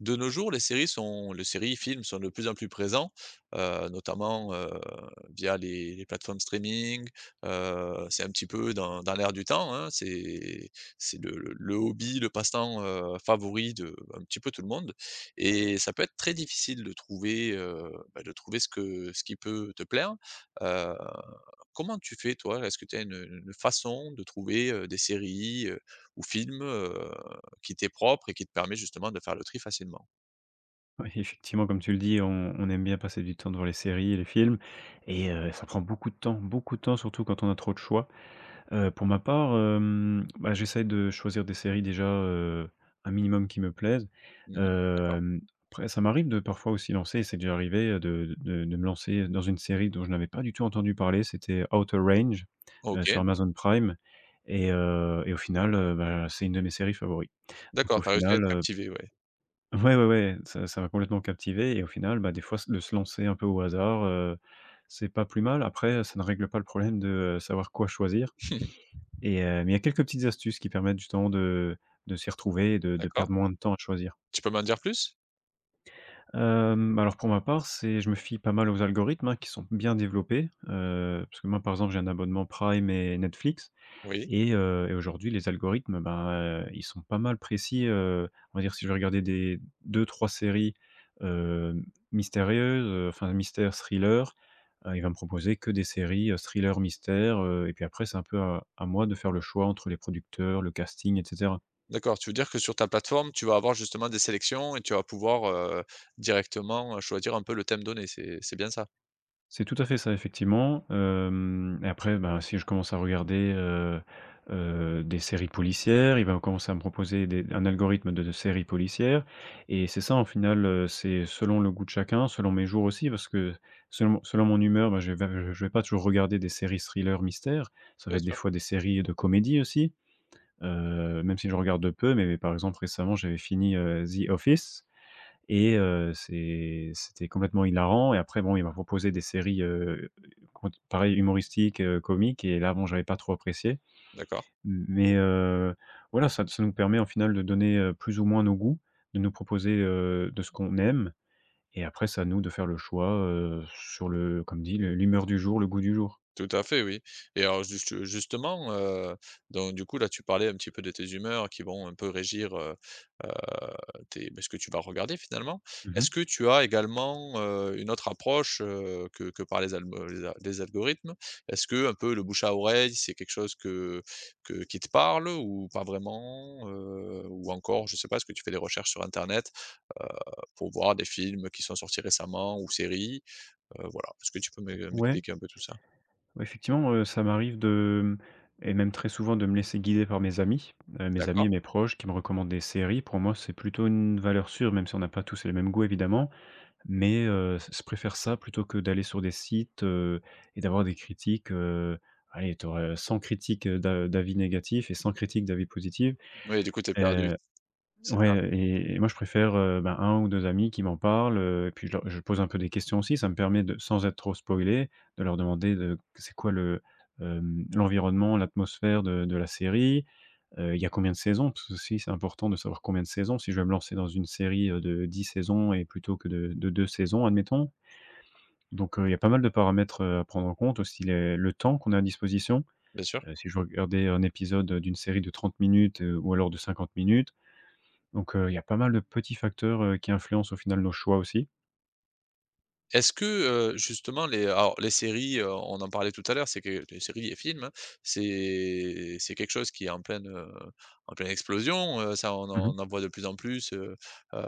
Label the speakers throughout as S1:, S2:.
S1: De nos jours, les séries, films sont de plus en plus présents, notamment, via les plateformes streaming, c'est un petit peu dans l'air du temps, hein. C'est le le hobby, le passe-temps, favori de un petit peu tout le monde et ça peut être très difficile de trouver, de trouver ce qui peut te plaire. Heu, Comment tu fais, toi? Est-ce que tu as une façon de trouver, des séries, ou films, qui t'est propre et qui te permet justement de faire le tri facilement?
S2: Oui, effectivement, comme tu le dis, on aime bien passer du temps devant les séries et les films et ça prend beaucoup de temps, surtout quand on a trop de choix. Pour ma part, bah, j'essaie de choisir des séries déjà, un minimum qui me plaisent.
S1: Mmh. D'accord.
S2: Hem, Après ça m'arrive de parfois aussi lancer et c'est déjà arrivé, de me lancer dans une série dont je n'avais pas du tout entendu parler, c'était Outer Range, sur
S1: OK.
S2: Amazon Prime et au final, bah, c'est une de mes séries favoris. Donc
S1: D'accord,
S2: au
S1: tu as réussi à être
S2: final,
S1: captivé, ouais.
S2: ouais, ouais, ouais, ça m'a complètement captivé et au final, bah, des fois s de se lancer un peu au hasard, c'est pas plus mal. Après, ça ne règle pas le problème de, savoir quoi choisir et mais il y a quelques petites astuces qui permettent justement de s'y retrouver et de
S1: D'accord.
S2: perdre moins de temps à choisir.
S1: Tu peux m'en dire plus?
S2: Alors pour ma part, c'est je me fie pas mal aux algorithmes, hein, qui sont bien développés, parce que moi, par exemple, j'ai un abonnement Prime et Netflix.
S1: Oui.
S2: Et aujourd'hui, les algorithmes, ben, ils sont pas mal précis, on va dire, si je vais regarder des deux trois séries, heu, mystérieuses, enfin mystère, thriller, il va me proposer que des séries, thriller, mystère, et puis après, c'est un peu à moi de faire le choix entre les producteurs, le casting etc.
S1: D'accord, tu veux dire que sur ta plateforme, tu vas avoir justement des sélections et tu vas pouvoir, heu, directement, choisir un peu le thème donné, c'est bien ça?
S2: C'est tout à fait ça, effectivement. Hem Et après, ben, si je commence à regarder, des séries policières, il va commencer à me proposer des un algorithme de séries policières et c'est ça, en final, c'est selon le goût de chacun, selon mes jours aussi, parce que selon mon humeur, bah, je vais pas toujours regarder des séries thrillers mystères. Ça va
S1: Bien
S2: être des
S1: sûr.
S2: fois des séries de comédie aussi, même si je regarde peu, mais par exemple, récemment, j'avais fini, The Office et c'était complètement hilarant et après bon, il m'a proposé des séries, cont pareil humoristiques, comiques et là bon, j'avais pas trop apprécié.
S1: D'accord.
S2: Mais voilà, ça nous permet en final de donner, plus ou moins nos goûts, de nous proposer, de ce qu'on aime et après c'est à nous de faire le choix, sur le comme dit, le l'humeur du jour, le goût du jour.
S1: Tout à fait, oui, et alors justement, là, tu parlais un petit peu de tes humeurs qui vont un peu régir, tes ce que tu vas regarder finalement.
S2: Mmh.
S1: Est-ce que tu as également, une autre approche, que par les alb les a les algorithmes? Est-ce que un peu le bouche à oreille, c'est quelque chose que qui te parle ou pas vraiment? Ou encore, je sais pas, est-ce que tu fais des recherches sur internet, heu, pour voir des films qui sont sortis récemment ou séries? Voilà, est-ce que tu peux
S2: Ouais.
S1: m'expliquer un peu tout ça?
S2: Ouais, effectivement, ça m'arrive de et même très souvent de me laisser guider par mes amis et
S1: D'accord.
S2: mes proches qui me recommandent des séries. Pour moi, c'est plutôt une valeur sûre, même si on n'a pas tous les mêmes goûts évidemment, mais c je préfère ça plutôt que d'aller sur des sites, et d'avoir des critiques, allez, tu aurais 100 critiques, d'avis négatifs et 100 critiques d'avis positifs.
S1: Oui, du coup, t'es perdu, c'est ça,
S2: Ouais et moi, je préfère, ben, 1 ou 2 amis qui m'en parlent, et puis je pose un peu des questions aussi. Ça me permet de sans être trop spoilé, de leur demander de c'est quoi le, l'environnement, l'atmosphère de la série? Il y a combien de saisons? Parce que aussi, c'est important de savoir combien de saisons. Si je vais me lancer dans une série, de 10 saisons et plutôt que de 2 saisons, admettons. Donc, il y a pas mal de paramètres, à prendre en compte. Aussi les le temps qu'on a à disposition.
S1: bien sûr.
S2: Si je veux regarder un épisode, d'une série de 30 minutes, ou alors de 50 minutes, donc il y a pas mal de petits facteurs, qui influencent au final nos choix aussi.
S1: Est-ce que, justement les alors les séries, on en parlait tout à l'heure, c'est que les séries et films, hein, c'est quelque chose qui est en pleine explosion, ça on
S2: Mmh mh.
S1: en voit de plus en plus, heu,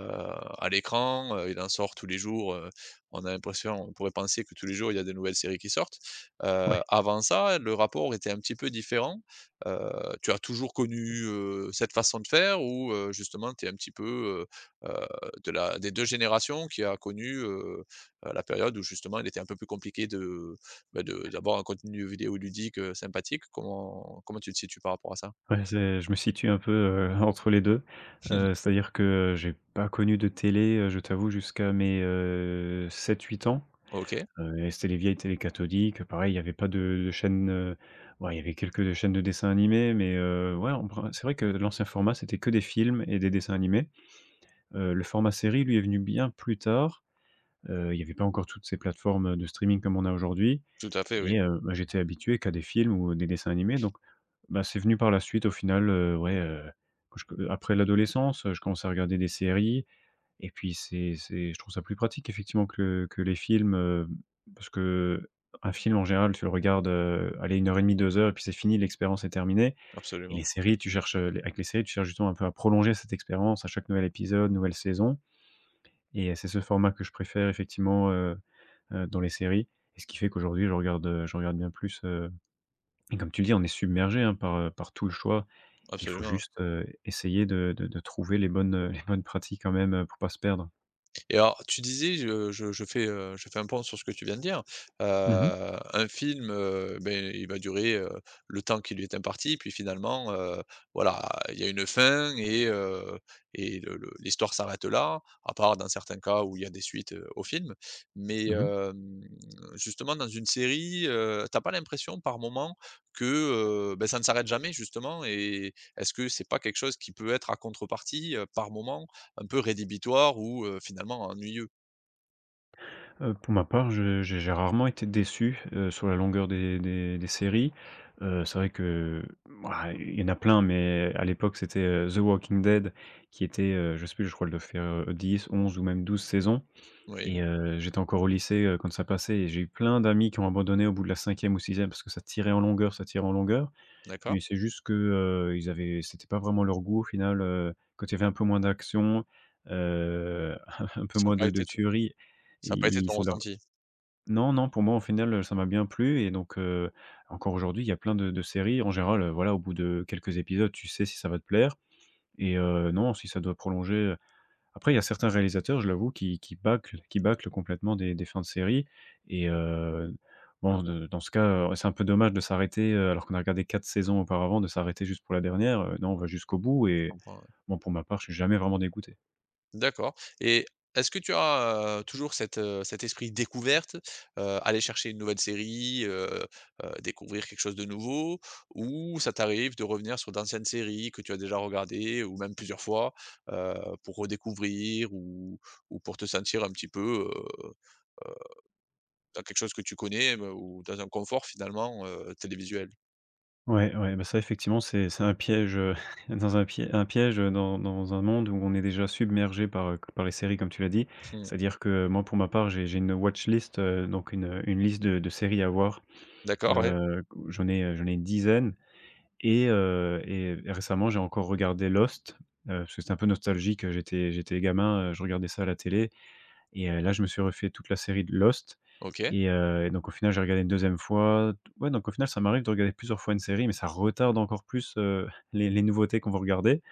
S1: à l'écran, il en sort tous les jours, on a l'impression, on pourrait penser que tous les jours il y a des nouvelles séries qui sortent.
S2: Ouais,
S1: Avant ça, le rapport était un petit peu différent. Heu, Tu as toujours connu, cette façon de faire, ou, justement tu es un petit peu, heu heu, de la des 2 générations qui a connu, la période où justement il était un peu plus compliqué de, de d'avoir un contenu vidéoludique, sympathique. Comment tu te situes par rapport à ça?
S2: ouais, c'est je me situe un peu, entre les deux. C'est-à-dire que j'ai pas connu de télé, je t'avoue jusqu'à mes, 7-8 ans.
S1: OK,
S2: Et c'était les vieilles télés cathodiques, pareil, il y avait pas de chaînes, ouais, il y avait quelques chaînes de dessins animés, mais ouais, on pr c'est vrai que l'ancien format, c'était que des films et des dessins animés. Le format série, lui, est venu bien plus tard. Il n'y avait pas encore toutes ces plateformes de streaming comme on a aujourd'hui
S1: tout à fait, oui,
S2: et bah, j'étais habitué qu'à des films ou des dessins animés donc bah, c'est venu par la suite au final, ouais, que je après l'adolescence, je commençais à regarder des séries et puis c'est je trouve ça plus pratique effectivement que les films, parce que un film en général tu le regardes, allez une heure et demie 2 heures et puis c'est fini, l'expérience est terminée et les
S1: absolument,
S2: séries tu cherches, avec les séries tu cherches justement un peu à prolonger cette expérience à chaque nouvel épisode, nouvelle saison et c'est ce format que je préfère effectivement, dans les séries et ce qui fait qu'aujourd'hui je regarde bien plus, et comme tu le dis, on est submergé, hein, par, par tout le choix. Il faut
S1: absolument.
S2: juste, essayer de de trouver les bonnes, les bonnes pratiques quand même, pour pas se perdre.
S1: Et alors, tu disais, je fais un pont sur ce que tu viens de dire, heu,
S2: Mmh mh.
S1: un film, il va durer, le temps qui lui est imparti, puis finalement, voilà, il y a une fin, et le l'histoire s'arrête là, à part dans certains cas où il y a des suites, au film. Mais,
S2: Mmh
S1: hem, justement dans une série, tu pas l'impression par moment que, ça ne s'arrête jamais justement, et est-ce que c'est pas quelque chose qui peut être à contrepartie, par moment un peu rédhibitoire ou finalement ennuyeux.
S2: pour ma part, je j'ai rarement été déçu, sur la longueur des séries. C'est vrai que, ouah, il y en a plein, mais à l'époque, c'était, The Walking Dead qui était, je sais plus, je crois, elle faire, 10, 11 ou même 12 saisons.
S1: Oui,
S2: Et j'étais encore au lycée, quand ça passait et j'ai eu plein d'amis qui ont abandonné au bout de la cinquième ou sixième parce que ça tirait en longueur, ça tirait en longueur et
S1: d'accord.
S2: c'est juste que, ils avaient c'était pas vraiment leur goût au final, quand il y avait un peu moins d'action, heu, un peu
S1: Ça n'a
S2: moins
S1: pas
S2: de
S1: été te
S2: tuerie,
S1: Ça n'a pas été
S2: ils,
S1: ton
S2: ça leur
S1: ressenti?
S2: non, non, pour moi, au final, ça m'a bien plu et donc encore aujourd'hui, il y a plein de séries en général, voilà, au bout de quelques épisodes, tu sais si ça va te plaire et non, si ça doit prolonger, après, il y a certains réalisateurs, je l'avoue, qui bâclent complètement des fins de séries et bon, de dans ce cas, c'est un peu dommage de s'arrêter, alors qu'on a regardé 4 saisons auparavant, de s'arrêter juste pour la dernière, non, on va jusqu'au bout
S1: Je
S2: et
S1: comprends, ouais.
S2: bon, pour ma part, je suis jamais vraiment dégoûté.
S1: D'accord, et est-ce que tu as, toujours cette cet esprit découverte, aller chercher une nouvelle série, découvrir quelque chose de nouveau? Ou ça t'arrive de revenir sur d'anciennes séries que tu as déjà regardées ou même plusieurs fois, heu, pour redécouvrir ou pour te sentir un petit peu, heu, dans quelque chose que tu connais, ou dans un confort finalement, télévisuel?
S2: Ouais, ouais, bah, ça effectivement, c'est un piège, dans un piège, dans un monde où on est déjà submergé par, par les séries comme tu l'as dit.
S1: Mmh.
S2: C'est-à-dire que moi, pour ma part, j'ai une watchlist, list, donc une liste de séries à voir,
S1: D'accord, ouais.
S2: j'en ai une dizaine. Et récemment, j'ai encore regardé Lost, parce que c'était un peu nostalgique, j'étais gamin, je regardais ça à la télé et là, je me suis refait toute la série de Lost
S1: OK,
S2: et donc au final, j'ai regardé une deuxième fois. Ouais, donc au final, ça m'arrive de regarder plusieurs fois une série, mais ça retarde encore plus, les nouveautés qu'on va regarder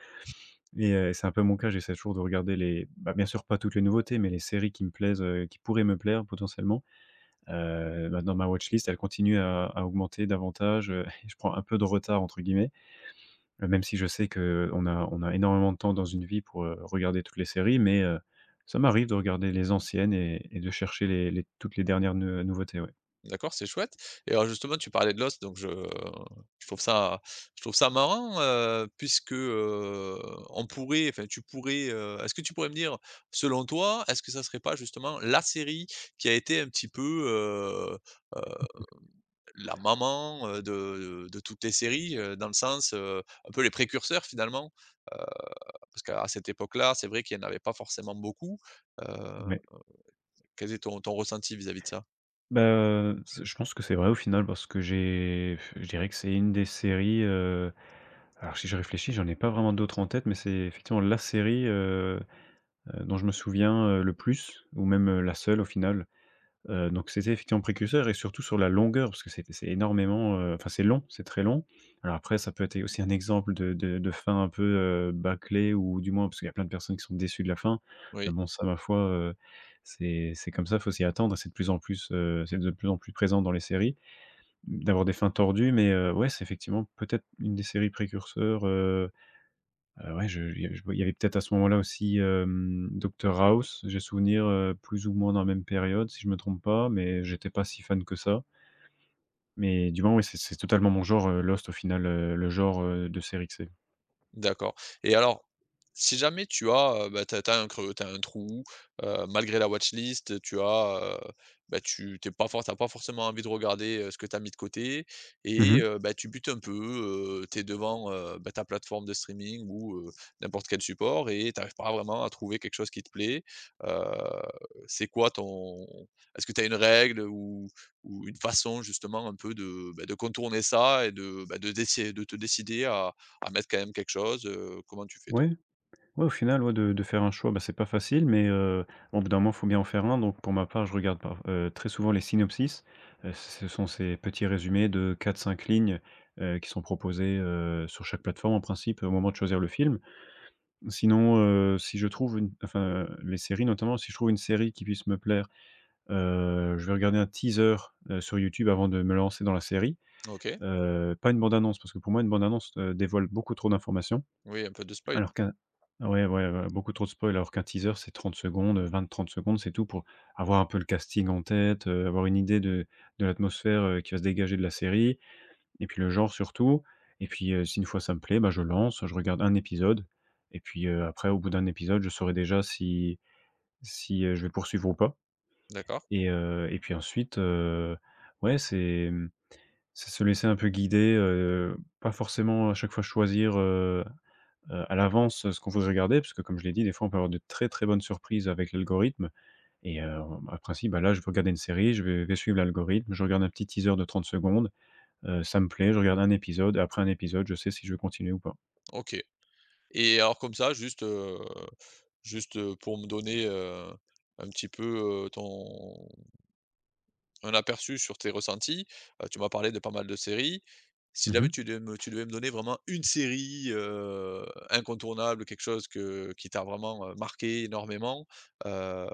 S2: et c'est un peu mon cas, j'essaie toujours de regarder les bah, bien sûr, pas toutes les nouveautés, mais les séries qui me plaisent, qui pourraient me plaire potentiellement. Maintenant ma watch list, elle continue à augmenter davantage, et je prends un peu de «retard» entre guillemets. Même si je sais qu'on a énormément de temps dans une vie pour, regarder toutes les séries, mais ça m'arrive de regarder les anciennes et de chercher les toutes les dernières ne nouveautés, ouais.
S1: d'accord, c'est chouette. Et alors justement tu parlais de l'os, je trouve ça je trouve ça marrant, puisque, on pourrait, enfin tu pourrais, est-ce que tu pourrais me dire, selon toi, est-ce que ça serait pas justement la série qui a été un petit peu, heu heu, la maman, de toutes les séries, dans le sens, un peu les précurseurs finalement? Heu, parce qu'à cette époque-là, c'est vrai qu'il y en avait pas forcément beaucoup, heu
S2: Ouais.
S1: Quel est ton ressenti vis-à-vis de ça?
S2: Bah, c je pense que c'est vrai au final parce que j'ai je dirais que c'est une des séries, alors si je réfléchis, j'en ai pas vraiment d'autres en tête, mais c'est effectivement la série, dont je me souviens, le plus ou même, la seule au final. Donc c'était effectivement précurseur et surtout sur la longueur parce que c'est énormément, enfin c'est long, c'est très long. Alors après ça peut être aussi un exemple de fin un peu, bâclée ou du moins parce qu'il y a plein de personnes qui sont déçues de la fin. Mais
S1: Oui.
S2: bon ça ma foi, c'est comme ça, faut s'y attendre. C'est de plus en plus, c'est de plus en plus présent dans les séries, d'avoir des fins tordues mais, ouais, c'est effectivement peut-être une des séries précurseurs. Ouais, je il y a je il y avait peut-être à ce moment-là aussi, Docteur House. J'ai souvenir, plus ou moins dans la même période, si je me trompe pas, mais j'étais pas si fan que ça. Mais du moins, oui, c'est totalement mon genre, Lost au final, le genre, de série que c'est.
S1: D'accord, et alors, si jamais tu as, tu as un creux, t'as un trou, malgré la watchlist, tu as, tu pas for tu pas forcément envie de regarder, ce que tu as mis de côté,
S2: Mmh
S1: et
S2: mh.
S1: tu butes un peu, tu es devant, ta plateforme de streaming ou n'importe quel support et t'arrives pas vraiment à trouver quelque chose qui te plaît. Heu, c'est quoi ton est-ce que tu as une règle ou une façon justement un peu de, de contourner ça et de, bah, de déci de te décider à mettre quand même quelque chose, comment tu fais, toi?
S2: Ouais, ouais, au final, ouais, de faire un choix, bah, c'est pas facile, mais au bout d'un moment, faut bien en faire un. Donc pour ma part, je regarde par très souvent les synopsis. Ce sont ces petits résumés de quatre, cinq lignes, qui sont proposés, sur chaque plateforme en principe, au moment de choisir le film. Sinon, si je trouve une les séries notamment, si je trouve une série qui puisse me plaire, je vais regarder un teaser, sur YouTube avant de me lancer dans la série.
S1: OK.
S2: Pas une bande annonce parce que pour moi une bande annonce, dévoile beaucoup trop d'informations
S1: Oui, un peu de spoil.
S2: alors qu'un ouais, ouais, ouais, beaucoup trop de spoil alors qu'un teaser c'est 30 secondes, 20-30 secondes, c'est tout pour avoir un peu le casting en tête, avoir une idée de l'atmosphère, qui va se dégager de la série, et puis le genre surtout, et puis, si une fois ça me plaît, bah, je lance, je regarde un épisode, et puis, après au bout d'un épisode, je saurai déjà si je vais poursuivre ou pas.
S1: D'accord.
S2: Et puis ensuite, ouais, c'est, mmh, c'est se laisser un peu guider, pas forcément à chaque fois choisir, à l'avance ce qu'on veut regarder parce que comme je l'ai dit, des fois, on peut avoir de très, très bonnes surprises avec l'algorithme. Et en principe, bah, là, je vais regarder une série, je vais suivre l'algorithme, je regarde un petit teaser de 30 secondes. Ça me plaît, je regarde un épisode et après un épisode, je sais si je veux continuer ou pas.
S1: OK. Et alors comme ça, juste, pour me donner, un petit peu, ton un aperçu sur tes ressentis. Tu m'as parlé de pas mal de séries. Si jamais
S2: Mmh.
S1: tu devais me donner vraiment une série, incontournable, quelque chose que qui t'a vraiment, marqué énormément, heu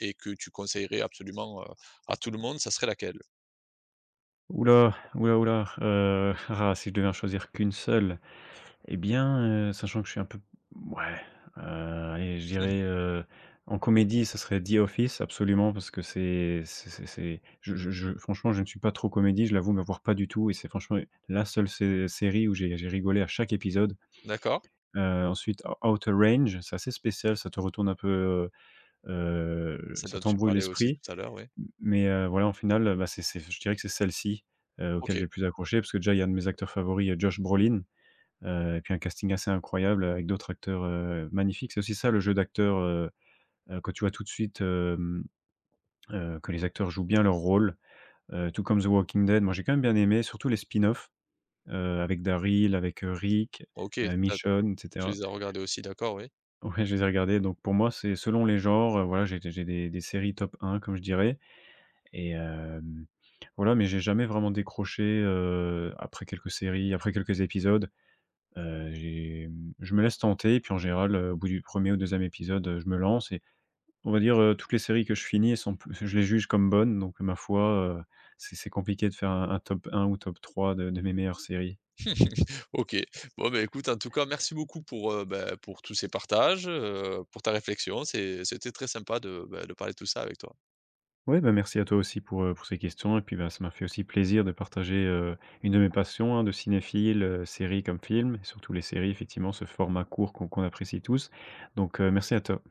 S1: et que tu conseillerais absolument, à tout le monde, ça serait laquelle?
S2: Oula, oula. Là, ouh ah, si je devais en choisir qu'une seule, eh bien, sachant que je suis un peu ouais, allez, je
S1: Mhm.
S2: dirais, en comédie, ce serait The Office absolument parce que c'est je, franchement, je ne suis pas trop comédie, je l'avoue, mais voire pas du tout, et c'est franchement la seule sé série où j'ai rigolé à chaque épisode.
S1: D'accord,
S2: Ensuite, Outer Range, c'est assez spécial, ça te retourne un peu,
S1: celle
S2: ça
S1: dont tu
S2: t'embrouille
S1: parlais aussi
S2: l'esprit.
S1: tout à l'heure, oui.
S2: Mais voilà, en finale, bah, c'est je dirais que c'est celle-ci, auquel j'ai
S1: OK,
S2: le plus accroché parce que déjà il y a un de mes acteurs favoris, Josh Brolin, et puis un casting assez incroyable avec d'autres acteurs, magnifiques. C'est aussi ça le jeu d'acteur, quand tu vois tout de suite, que les acteurs jouent bien leur rôle, tout comme The Walking Dead. Moi, j'ai quand même bien aimé, surtout les spin offs, avec Daryl, avec, Rick,
S1: OK,
S2: Michonne et
S1: tu
S2: cetera.
S1: les as regardées aussi, d'accord, oui.
S2: Ouais, je les ai regardés, donc pour moi, c'est selon les genres, voilà, j'ai des séries top un, comme je dirais. Et voilà, mais j'ai jamais vraiment décroché, après quelques séries, après quelques épisodes. J'ai, mmh, je me laisse tenter et puis en général, au bout du premier ou deuxième épisode, je me lance et on va dire, toutes les séries que je finis, elles sont plus je les juge comme bonnes, donc ma foi, c'est compliqué de faire un top un ou top 3 de mes meilleures séries.
S1: OK. Bon, écoute, en tout cas, merci beaucoup pour, pour tous ces partages, pour ta réflexion. C'était très sympa de, de parler de tout ça avec toi.
S2: Ouais, bah, merci à toi aussi pour ces questions et puis, bah, ça m'a fait aussi plaisir de partager, une de mes passions, hein, de cinéphile, séries comme films, et surtout les séries, effectivement, ce format court qu'on apprécie tous. Donc, merci à toi.